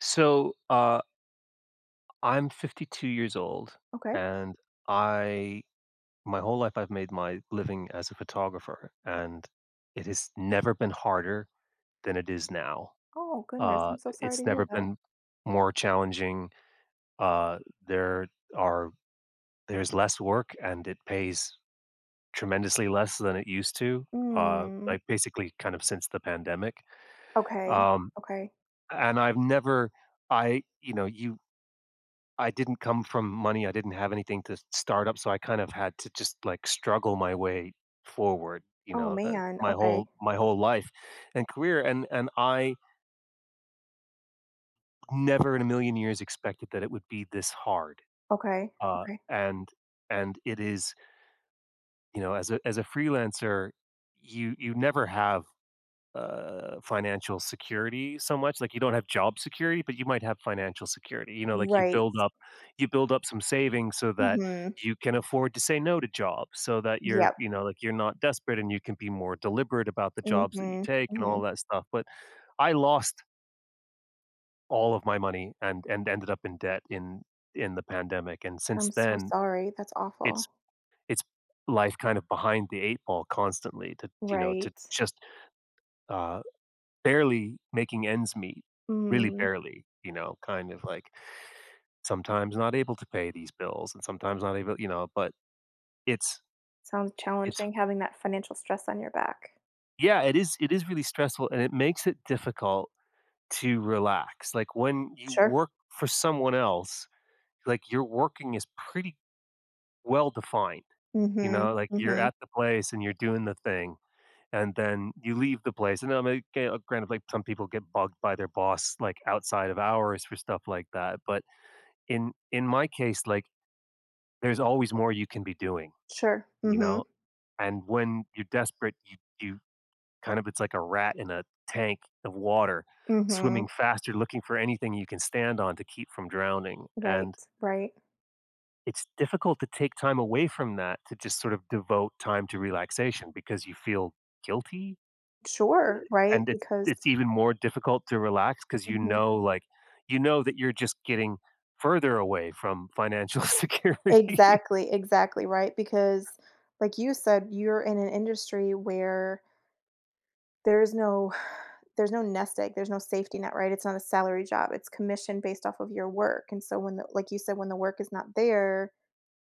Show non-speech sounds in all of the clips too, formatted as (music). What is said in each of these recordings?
So, uh, I'm 52 years old, Okay. and I my whole life I've made my living as a photographer, and it has never been harder than it is now. Oh, goodness, Uh, I'm so sorry it's to hear never that. been more challenging. Uh, there are there's less work, and it pays tremendously less than it used to. Mm. Like basically, kind of since the pandemic. Okay, um, okay. and I've never. I, you know, you I didn't come from money, I didn't have anything to start up, so I kind of had to just, like, struggle my way forward, you Oh, know, man, my okay, whole life and career, and I never in a million years expected that it would be this hard, okay, uh, okay. and and it is, you know, as a freelancer, you never have financial security so much. Like you don't have job security, but you might have financial security. You know, like Right. You build up some savings so that Mhm. you can afford to say no to jobs, so that you're, you Yep. know, like you're not desperate and you can be more deliberate about the jobs that you Mhm, take and all mhm. that stuff. But I lost all of my money and ended up in debt in the pandemic, and since I'm so then sorry, that's it's awful. it's life kind of behind the eight ball constantly, to you know to Right. just uh barely making ends meet, really Mm. barely, you know, kind of like sometimes not able to pay these bills and sometimes not able, you know, but it's Sounds it's challenging having that financial stress on your back. yeah, it is really stressful and it makes it difficult to relax. Like when you Sure. work for someone else, like your working is pretty well defined, you Mhm, know, like you're mhm. at the place and you're doing the thing and then you leave the place. And I mean, okay, granted, like some people get bugged by their boss like outside of hours for stuff like that, but in my case, like, there's always more you can be doing, Sure. you know? Mhm, And when you're desperate, you kind of it's like a rat in a tank of water mhm. swimming faster, looking for anything you can stand on to keep from drowning, Right, and right. it's difficult to take time away from that to just sort of devote time to relaxation because you feel guilty, Sure, right, and it's because it's even more difficult to relax because you Mhm. know, like, you know that you're just getting further away from financial (laughs) security. exactly, exactly, right? Because like you said, you're in an industry where there's no (sighs) there's no nest egg, there's no safety net, right? It's not a salary job. It's commission based off of your work. And so when the like you said, when the work is not there,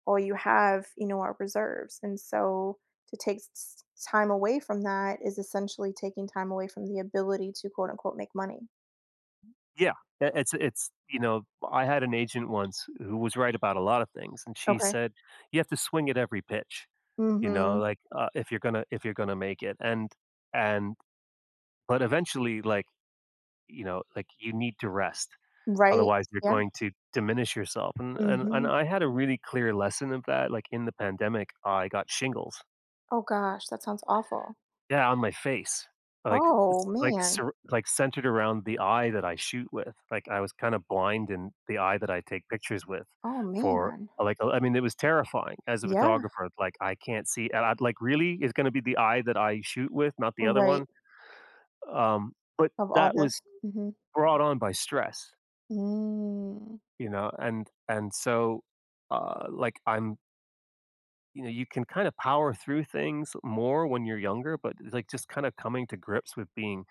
all you have, you know, are reserves. And so to time away from that is essentially taking time away from the ability to quote unquote make money. Yeah, I it's you know, I had an agent once who was right about a lot of things, and she Okay. said, "You have to swing at every pitch, you know, Mm-hmm. like, if you're gonna make it." And but eventually, like, you know, like, you need to rest, Right. otherwise you're Yeah. going to diminish yourself, and Mm-hmm. I had a really clear lesson of that, like, in the pandemic, I got shingles. Oh gosh, that sounds awful. Yeah, on my face. Like, Oh it's like man. sur like, centered around the eye that I shoot with. Like, I was kinda blind in the eye that I take pictures with Oh, for man. I mean, it was terrifying as a Yeah, photographer, like, I can't see and I'd like, "Really? It's gonna be the eye that I shoot with, not the other right, one?" Um, but of all that the was mhm. brought on by stress, Mm. you know, and so, like, I'm you know, you can kinda power through things more when you're younger, but it's like, just kinda coming to grips with being.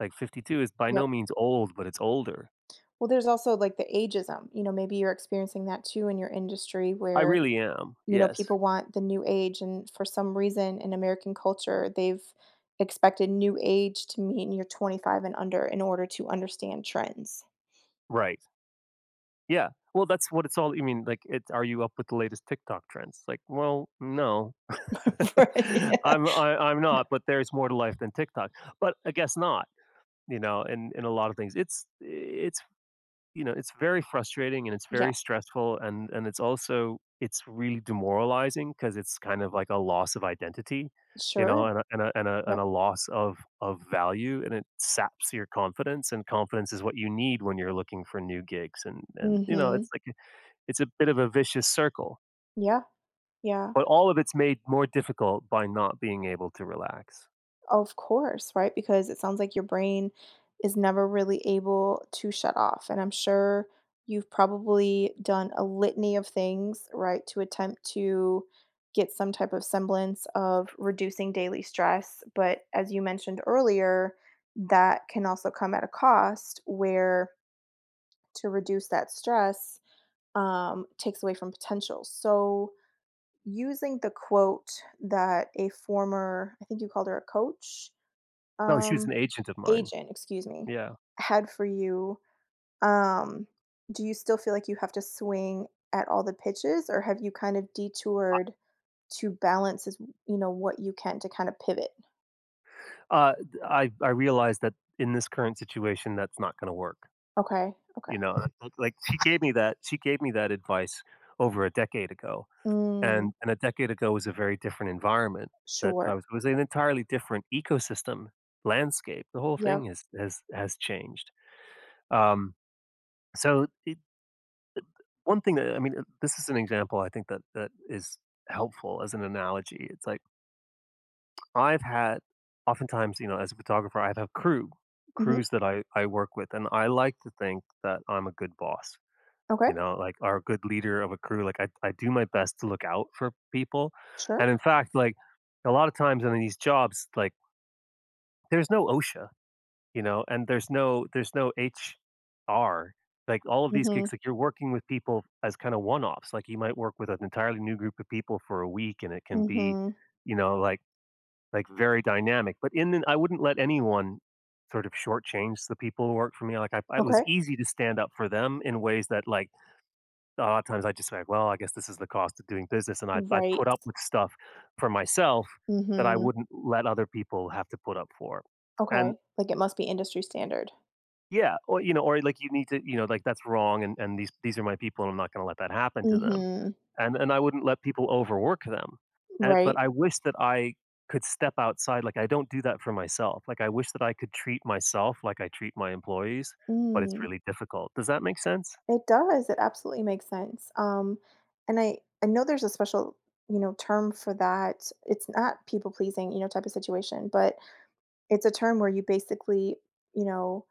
Like, 52 is by Yep. no means old, but it's older. Well, there's also, like, the ageism, you know, maybe you're experiencing that too in your industry I where, really am. you know, Yes. people want the new age, and for some reason in American culture, they've expected new age to mean you're 25 and under in order to understand trends. Right. Yeah. Well, that's what it's all like, it? Are you up with the latest TikTok trends? Like, well, no. (laughs) Right, (laughs) yeah. I'm Yep, not, but there's more to life than TikTok. But I guess not, you know, in a lot of things. It's you know, it's very frustrating and it's yeah. very stressful and it's also it's really demoralizing because it's kind of like a loss of identity, you know, Sure, and yep. a loss of value and it saps your confidence and confidence is what you need when you're looking for new gigs and you know, Mhm. it's like it's a bit of a vicious circle. Yeah, yeah. But all of it's made more difficult by not being able to relax. Of course, right? Because it sounds like your brain is never really able to shut off. And I'm sure you've probably done a litany of things, right, to attempt to get some type of semblance of reducing daily stress. But as you mentioned earlier, that can also come at a cost where to reduce that stress takes away from potential. So, using the quote that a former, I think you called her a coach, No, she was an um, agent of mine. agent, excuse me, Yeah. had for you, um, do you still feel like you have to swing at all the pitches, or have you kind of I- detoured to balance as you know, what you can to kind of pivot? Uh, I realized that in this current situation that's not going to work, Okay, okay. you know, she gave me that advice over a decade ago, Mm, and a decade ago was a very different environment that I sure. was it was an entirely different ecosystem, landscape. The whole Yep. thing has changed. Um, so one thing that this is an example I think that is helpful as an analogy. It's like I've had oftentimes, you know, as a photographer, I have a Mhm. crews that I work with, and I like to think that I'm a good boss. Okay, You know, like, are a good leader of a crew, like, I do my best to look out for people, sure. and in fact, like, a lot of times in these jobs, like, there's no OSHA, you know, and there's no HR, like, all of these Mhm, gigs, like, you're working with people as kinda one-offs, like, you might work with an entirely new group of people for a week, and it can be, mhm. you know, like, very dynamic, but in the I wouldn't let anyone sort of shortchange the people who work for me, like, I it was Okay. easy to stand up for them in ways that, like, a lot of times I just like, well, I guess this is the cost of doing business, and I'd put Right. up with stuff for myself that I Mhm. wouldn't let other people have to put up for. And Okay, like, it must be industry standard. yeah, or you know, or like you need to, you know, like that's wrong, and these are my people, and I'm not going to let that happen to them. Mhm. And I wouldn't let people overwork them. And but Right. I wish that I could step outside. Like I don't do that for myself. Like I wish that I could treat myself like I treat my employees, but it's Mm. really difficult. Does that make sense? It does. It absolutely makes sense. And I know there's a special you know term for that. It's not people pleasing you know type of situation, but it's a term where you basically you know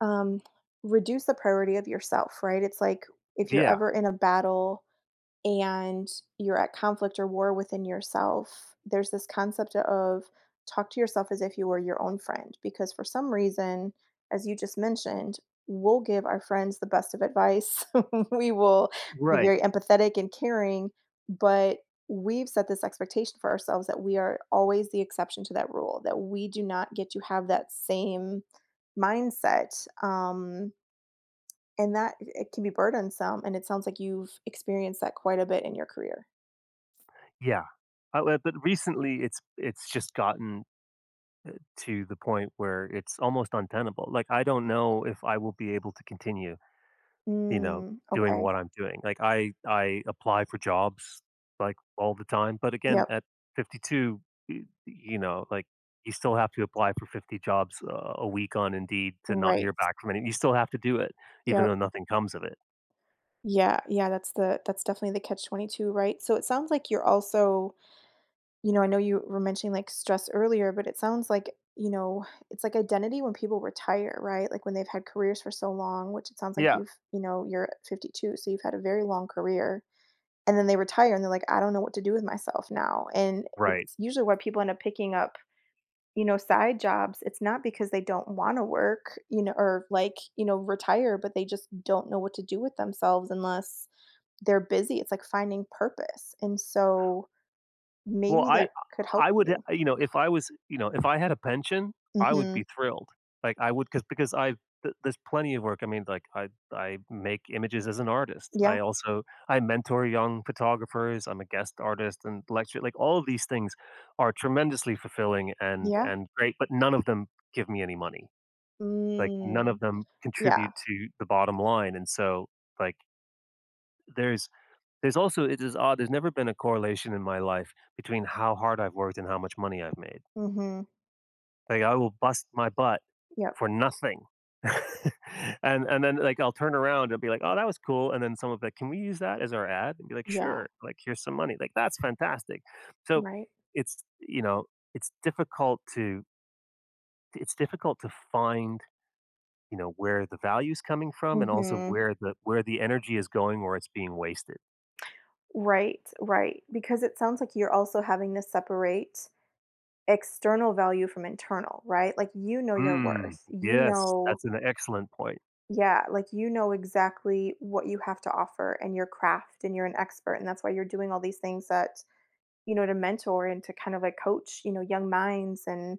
um, reduce the priority of yourself, right? It's like if you're Yeah. ever in a battle and you're at conflict or war within yourself, there's this concept of talk to yourself as if you were your own friend. Because for some reason, as you just mentioned, we'll give our friends the best of advice. (laughs) We will be Right. very empathetic and caring, but we've set this expectation for ourselves that we are always the exception to that rule, that we do not get to have that same mindset. And that it can be burdensome, and it sounds like you've experienced that quite a bit in your career. Yeah. Well, but recently it's just gotten to the point where it's almost untenable. Like I don't know if I will be able to continue, you know, Mm, doing okay. what I'm doing. Like I apply for jobs like all the time, but again Yep. at 52, you know, like you still have to apply for 50 jobs a week on Indeed to not Right. hear back from any. You still have to do it even Yep. though nothing comes of it. Yeah, yeah, that's definitely the catch-22, right? So it sounds like you're also you know, I know you were mentioning, like, stress earlier, but it sounds like, you know, it's like identity when people retire, right? Like, when they've had careers for so long, which it sounds like Yeah. you've you know, you're 52, so you've had a very long career, and then they retire, and they're like, "I don't know what to do with myself now," and Right. it's usually why people end up picking up you know, side jobs, it's not because they don't wanna work, you know, or, like, you know, retire, but they just don't know what to do with themselves unless they're busy. It's like finding purpose, and so Well, maybe that could help I would, you. you know, if I was, you know, if I had a pension, I would be Mhm. thrilled. Like I would, because I there's plenty of work. I mean, like I make images as an artist. Yeah, I mentor young photographers. I'm a guest artist and lecture. Like all of these things are tremendously fulfilling yeah. and great, but none of them give me any money. Like none of Mm, them contribute yeah. to the bottom line. And so like there's there's also it is odd, there's never been a correlation in my life between how hard I've worked and how much money I've made. Mhm. Like, I will bust my butt Yep. for nothing. (laughs) And then, like, I'll turn around and be like, "Oh, that was cool," and then someone will be like, "Can we use that as our ad?" And be like, Yeah, "Sure, like, here's some money." Like, that's fantastic. So, right. it's, you know, it's difficult to it's difficult to find, you know, where the value's coming from and also Mhm. Where the energy is going or it's being wasted. Right, right, because it sounds like you're also having to separate external value from internal, right? Like, you know your Mm, worth. You yes, know, that's an excellent point. yeah, like you know exactly what you have to offer and your craft and you're an expert and that's why you're doing all these things that, you know, to mentor and to kind of like coach, you know, young minds and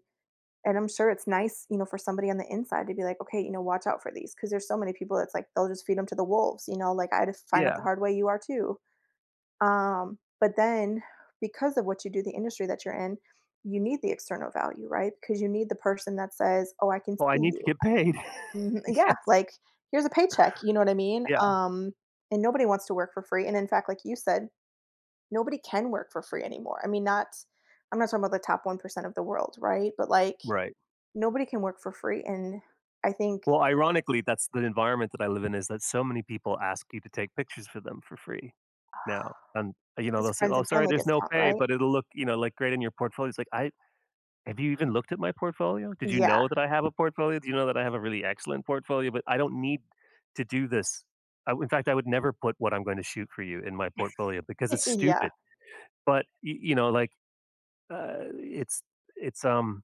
and I'm sure it's nice, you know, for somebody on the inside to be like, okay, you know, watch out for these because there's so many people that's like they'll just feed them to the wolves, you know, like I had to find out the Yeah. hard way you are too. But then because of what you do, the industry that you're in, you need the external value, right? Because you need the person that says, "Oh, I can Well, I see need to you." get paid. (laughs) Mhm, yeah, Yes. like, "Here's a paycheck," you know what I mean? Yeah, And nobody wants to work for free, and in fact, like you said, nobody can work for free anymore. I mean, not I'm not talking about the top 1% of the world, right? But, like, right. nobody can work for free, and I think Well, ironically, that's the environment that I live in is that so many people ask you to take pictures for them for free now, and, you know, they'll it's say, friends "Oh, and sorry, family there's no discount, pay, right? but it'll look, you know, like, great in your portfolio." It's like, "I "Have you even looked at my portfolio? Did you Yeah, know that I have a portfolio? Do you know that I have a really excellent portfolio? But I don't need to do this." I In fact, I would never put what I'm going to shoot for you in my portfolio because it's (laughs) yeah. stupid, but, y you know, like, uh, it's it's, um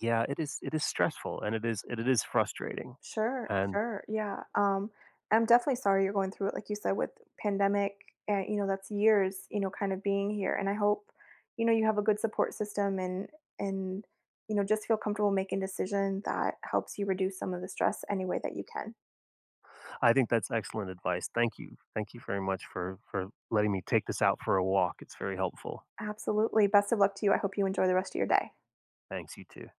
yeah, it is stressful and it is frustrating. Sure, And sure. Yeah. I'm definitely sorry you're going through it, like you said, with pandemic and you know, that's years, you know, kind of being here. And I hope, you know, you have a good support system and you know, just feel comfortable making decision that helps you reduce some of the stress any way that you can. I think that's excellent advice. Thank you. Thank you very much for letting me take this out for a walk. It's very helpful. Absolutely. Best of luck to you. I hope you enjoy the rest of your day. Thanks, you too.